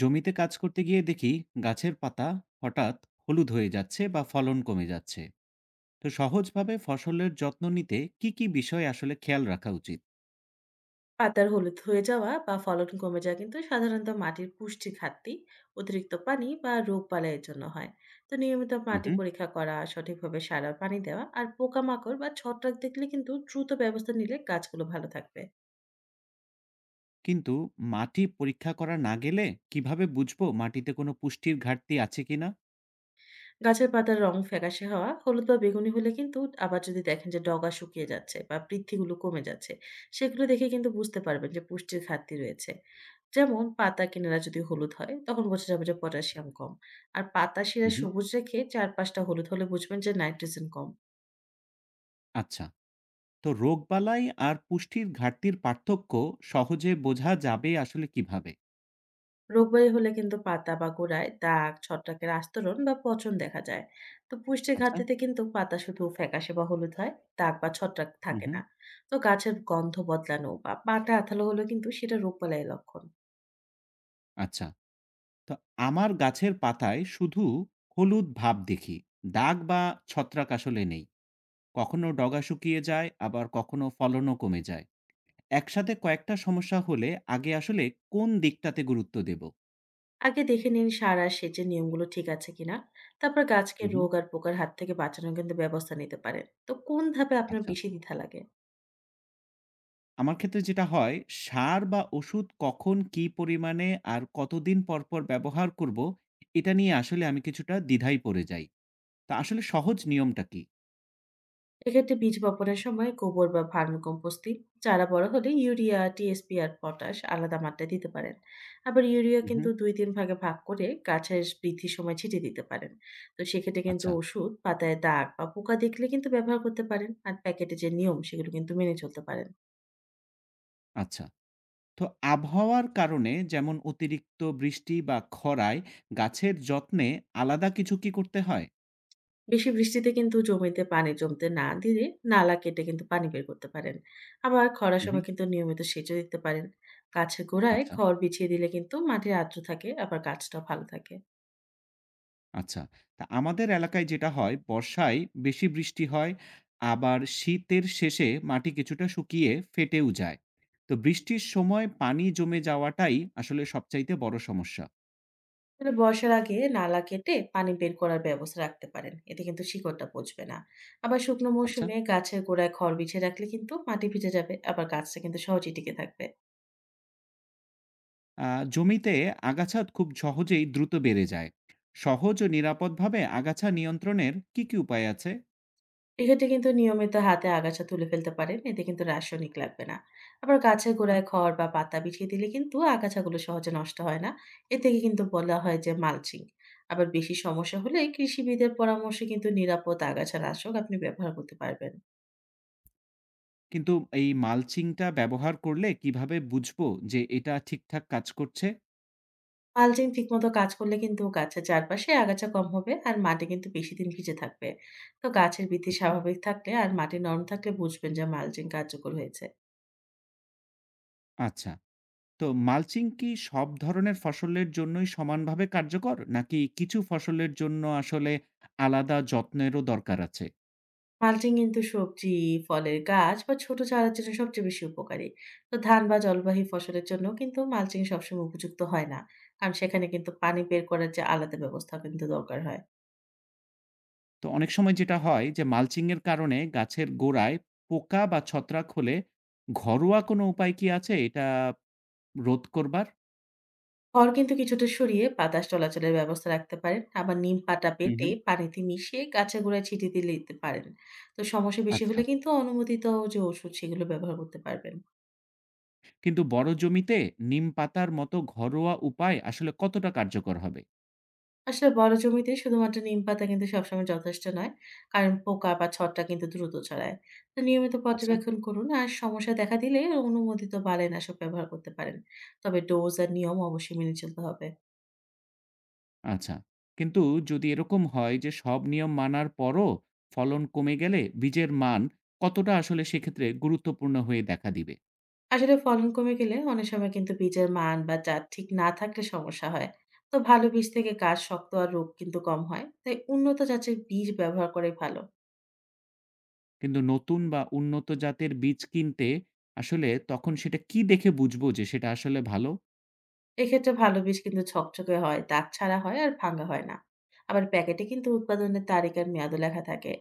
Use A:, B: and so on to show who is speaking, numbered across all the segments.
A: জমিতে কাজ করতে গিয়ে দেখি গাছের পাতা হঠাৎ হলুদ হয়ে যাচ্ছে বা ফলন কমে যাচ্ছে। তো সহজভাবে ফসলের যত্ন নিতে কি কি বিষয় আসলে খেয়াল রাখা উচিত?
B: পাতার হলুদ হয়ে যাওয়া বা ফলন কমে যাওয়া কিন্তু সাধারণত মাটির পুষ্টি ঘাটতি, অতিরিক্ত পানি বা রোগবালাইয়ের জন্য হয়। তো নিয়মিত মাটি
A: হুম।
B: পরীক্ষা করা, সঠিকভাবে সার আর পানি দেওয়া আর পোকামাকড় বা ছত্রাক দেখলে কিন্তু দ্রুত ব্যবস্থা নিলে গাছগুলো ভালো থাকবে।
A: কিন্তু মাটি পরীক্ষা করা না গেলে কিভাবে বুঝবো মাটিতে কোনো পুষ্টির ঘাটতি আছে কিনা?
B: গাছের পাতার রং ফ্যাকাশে হওয়া, হলুদ বা বেগুনি হলে কিন্তু আবার যদি দেখেন যে ডগা শুকিয়ে যাচ্ছে বা বৃদ্ধিগুলো কমে যাচ্ছে, সেগুলো দেখে কিন্তু বুঝতে পারবেন যে পুষ্টির ঘাটতি রয়েছে। যেমন পাতা কিনারা যদি হলুদ হয়, তখন বোঝা যাবে যে পটাশিয়াম কম। আর পাতা শিরা
A: হুম,
B: সবুজ রেখে চারপাশটা হলুদ হলে বুঝবেন যে নাইট্রোজেন কম।
A: আচ্ছা। তো রোগবালাই আর পুষ্টির ঘাটতির পার্থক্য সহজে বোঝা যাবে আসলে কিভাবে?
B: রোগবালাই হলে কিন্তু পাতা বা গোড়ায় দাগ, ছত্রাকের আস্তরণ বা পচন দেখা যায়। তো পুষ্টির
A: আচ্ছা।
B: ঘাটতিতে কিন্তু পাতা শুধু ফ্যাকাশে বা হলুদ হয়, দাগ বা ছত্রাক থাকে
A: হুম।
B: না। তো গাছের গন্ধ বদলানো বা পাতা আঠালো হলেও কিন্তু সেটা রোগবালাইয়ের লক্ষণ।
A: আচ্ছা। তো আমার গাছের পাতায় শুধু হলুদ ভাব দেখি, দাগ বা ছত্রাক আসলে নেই। কখনো ডগা শুকিয়ে যায়, আবার কখনো ফলনও কমে যায়। একসাথে কয়েকটা সমস্যা হলে আগে আসলে কোন দিকটাতে গুরুত্ব দেব?
B: আগে দেখে নিন সার আর সেচের নিয়মগুলো ঠিক আছে কিনা। তারপর গাছকে
A: হুম, হুম।
B: রোগ আর পোকার হাত থেকে বাঁচানোর কিন্তু ব্যবস্থা নিতে পারেন। তো কোন ধাপে আপনার
A: আচ্ছা,
B: বেশি দ্বিধা লাগে?
A: আমার ক্ষেত্রে যেটা হয়, সার বা ওষুধ কখন কী পরিমাণে আর কতদিন পর, পর ব্যবহার করব, এটা নিয়ে আসলে আমি কিছুটা দ্বিধায় পড়ে যাই। তো আসলে সহজ নিয়মটা কি?
B: এক্ষেত্রে বীজ বপনের সময় গোবর বা ভার্মিকম্পোস্ট দিন। চারা বড় হলে ইউরিয়া, টিএসপি আর পটাশ আলাদা মাত্রায় দিতে পারেন। আবার ইউরিয়া
A: হুম,
B: কিন্তু
A: হুম।
B: দুই তিন ভাগে ভাগ করে গাছের বৃদ্ধির সময় ছিটিয়ে দিতে পারেন। তো সেক্ষেত্রে কিন্তু
A: আচ্ছা,
B: ওষুধ পাতায় দাগ বা পোকা দেখলে কিন্তু ব্যবহার করতে পারেন, আর প্যাকেটে যে নিয়ম সেগুলো কিন্তু মেনে চলতে পারেন।
A: আচ্ছা। তো আবহাওয়ার কারণে যেমন অতিরিক্ত বৃষ্টি বা খরায় গাছের যত্নে আলাদা কিছু কি করতে হয়?
B: বেশি বৃষ্টিতে কিন্তু জমিতে পানি জমতে না দিলে নালা কেটে কিন্তু পানি বের করতে পারেন। আবার খরার
A: হুম, হুম।
B: সময় কিন্তু নিয়মিত সেচও দিতে পারেন। গাছের গোড়ায়
A: আচ্ছা।
B: খড় বিছিয়ে দিলে কিন্তু মাটির আর্দ্র থাকে, আবার গাছটা ভালো থাকে।
A: আচ্ছা। তা আমাদের এলাকায় যেটা হয়, বর্ষায় বেশি বৃষ্টি হয়, আবার শীতের শেষে মাটি কিছুটা শুকিয়ে ফেটেও যায়। তো বৃষ্টির সময় পানি জমে যাওয়াটাই আসলে সবচাইতে বড় সমস্যা।
B: আসলে বর্ষার আগে নালা কেটে পানি বের করার ব্যবস্থা রাখতে পারেন, এতে কিন্তু শিকড়টা পচবে না। আবার শুকনো
A: আচ্ছা।
B: মৌসুমে গাছের গোড়ায় খড় বিছিয়ে রাখলে কিন্তু মাটি ভিজে যাবে, আবার গাছটা কিন্তু সহজেই টিকে থাকবে।
A: আ জমিতে আগাছা খুব সহজেই দ্রুত বেড়ে যায়। সহজ ও নিরাপদভাবে আগাছা নিয়ন্ত্রণের কি, কি উপায় আছে?
B: এক্ষেত্রে কিন্তু নিয়মিত হাতে আগাছা তুলে ফেলতে পারেন, এতে কিন্তু রাসায়নিক লাগবে না। আবার গাছের
A: আচ্ছা।
B: গোড়ায় খড় বা পাতা বিছিয়ে দিলে কিন্তু আগাছাগুলো সহজে নষ্ট হয় না। এ থেকে কিন্তু বলা হয় যে মালচিং। আবার বেশি সমস্যা হলে কৃষিবিদের পরামর্শে কিন্তু নিরাপদ আগাছা নাশক আপনি ব্যবহার করতে পারবেন।
A: কিন্তু এই মালচিংটা ব্যবহার করলে কিভাবে বুঝবো যে এটা ঠিকঠাক কাজ করছে?
B: মালচিং ঠিকমতো কাজ করলে কিন্তু গাছের চারপাশে আগাছা কম হবে, আর মাটি কিন্তু বেশি দিন ভিজে থাকবে। তো গাছের বৃদ্ধি
A: আচ্ছা,
B: স্বাভাবিক থাকলে আর মাটি নরম থাকলে বুঝবেন যে মালচিং কার্যকর হয়েছে।
A: আচ্ছা। তো মালচিং কি সব ধরনের ফসলের জন্যই সমানভাবে কার্যকর? নাকি কিছু ফসলের জন্য আসলে আলাদা যত্নেরও দরকার আছে?
B: মালচিং কিন্তু সবজি, ফলের গাছ বা ছোট চারার জন্য সবচেয়ে বেশি উপকারী। তো ধান বা জলবাহী ফসলের জন্য কিন্তু মালচিং সবসময় উপযুক্ত হয় না। কারণ সেখানে কিন্তু পানি বের করার যে আলাদা ব্যবস্থা কিন্তু দরকার হয়।
A: তো অনেক সময় যেটা হয় যে মালচিং এর কারণে গাছের গোড়ায় পোকা বা ছত্রাক হলে ঘরোয়া কোনো উপায় কি আছে এটা রোধ করবার?
B: খড় কিন্তু কিছুটা সরিয়ে বাতাস চলাচলের ব্যবস্থা রাখতে পারেন। আবার নিম পাতা
A: হুম,
B: বেটে
A: হুম।
B: পানিতে মিশিয়ে গাছের গোড়ায় ছিটিয়ে দিলে দিতে পারেন। তো সমস্যা বেশি
A: আচ্ছা।
B: হলে কিন্তু অনুমোদিত যে ওষুধ সেগুলো ব্যবহার করতে পারবেন।
A: কিন্তু বড় জমিতে নিম পাতার মতো ঘরোয়া উপায় আসলে কতটা কার্যকর হবে?
B: আসলে বড় জমিতে শুধুমাত্র নিম পাতা কিন্তু সবসময় যথেষ্ট নয়। কারণ পোকা বা ছত্রাক কিন্তু দ্রুত ছড়ায়। তো নিয়মিত
A: আচ্ছা।
B: পর্যবেক্ষণ করুন। আর সমস্যা দেখা দিলে অনুমোদিত বালাইনাশক ব্যবহার করতে পারেন। তবে ডোজ আর নিয়ম অবশ্যই মেনে চলতে হবে।
A: আচ্ছা। কিন্তু যদি এরকম হয় যে সব নিয়ম মানার পরও ফলন কমে গেলে বীজের মান কতটা আসলে সেক্ষেত্রে গুরুত্বপূর্ণ হয়ে দেখা দিবে?
B: আসলে ফলন কমে গেলে অনেক সময় কিন্তু বীজের মান বা জাত ঠিক না থাকলে সমস্যা হয়। তো ভালো বীজ থেকে গাছ শক্ত আর রোগ কিন্তু কম হয়, তাই উন্নত জাতের বীজ ব্যবহার করে ভালো।
A: কিন্তু নতুন বা উন্নত জাতের বীজ কিনতে আসলে তখন সেটা কি দেখে বুঝবো যে সেটা আসলে ভালো?
B: এক্ষেত্রে ভালো বীজ কিন্তু ঝকঝকে হয়, দাগ ছাড়া হয় আর ভাঙা হয় না। আবার প্যাকেটে কিন্তু উৎপাদনের তারিখ আর মেয়াদও লেখা থাকে।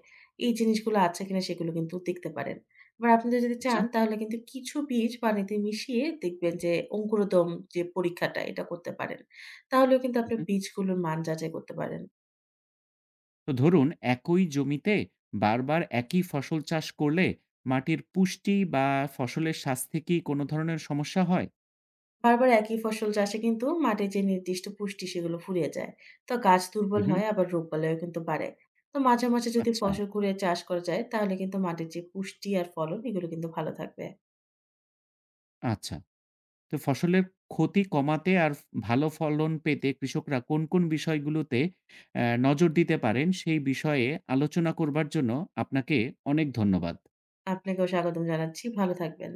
B: এই জিনিসগুলো আছে কিনা সেগুলো কিন্তু দেখতে পারেন। আবার আপনি যদি
A: আচ্ছা।
B: চান তাহলে কিন্তু কিছু বীজ পানিতে মিশিয়ে দেখবেন যে অঙ্কুরোদম যে পরীক্ষাটা, এটা করতে পারেন। তাহলেও কিন্তু
A: হু,
B: আপনি
A: হু।
B: বীজগুলোর মান যাচাই করতে পারেন।
A: তো ধরুন একই জমিতে বারবার একই ফসল চাষ করলে মাটির পুষ্টি বা ফসলের স্বাস্থ্যে কি কোনো ধরনের সমস্যা হয়?
B: বারবার একই ফসল চাষে কিন্তু মাটির যে নির্দিষ্ট পুষ্টি সেগুলো ফুরিয়ে যায়। তো গাছ
A: হু,
B: দুর্বল
A: হু।
B: হয়, আবার রোগ বালাইও কিন্তু বাড়ে। তো মাঝে মাঝে যদি
A: আচ্ছা,
B: ফসল ঘুরিয়ে চাষ করা যায় তাহলে কিন্তু মাটির যে পুষ্টি আর ফলন এগুলো কিন্তু ভালো থাকবে।
A: আচ্ছা। তো ফসলের ক্ষতি কমাতে আর ভালো ফলন পেতে কৃষকরা কোন, কোন বিষয়গুলোতে নজর দিতে পারেন সেই বিষয়ে আলোচনা করবার জন্য আপনাকে অনেক ধন্যবাদ।
B: আপনাকেও স্বাগতম জানাচ্ছি, ভালো থাকবেন।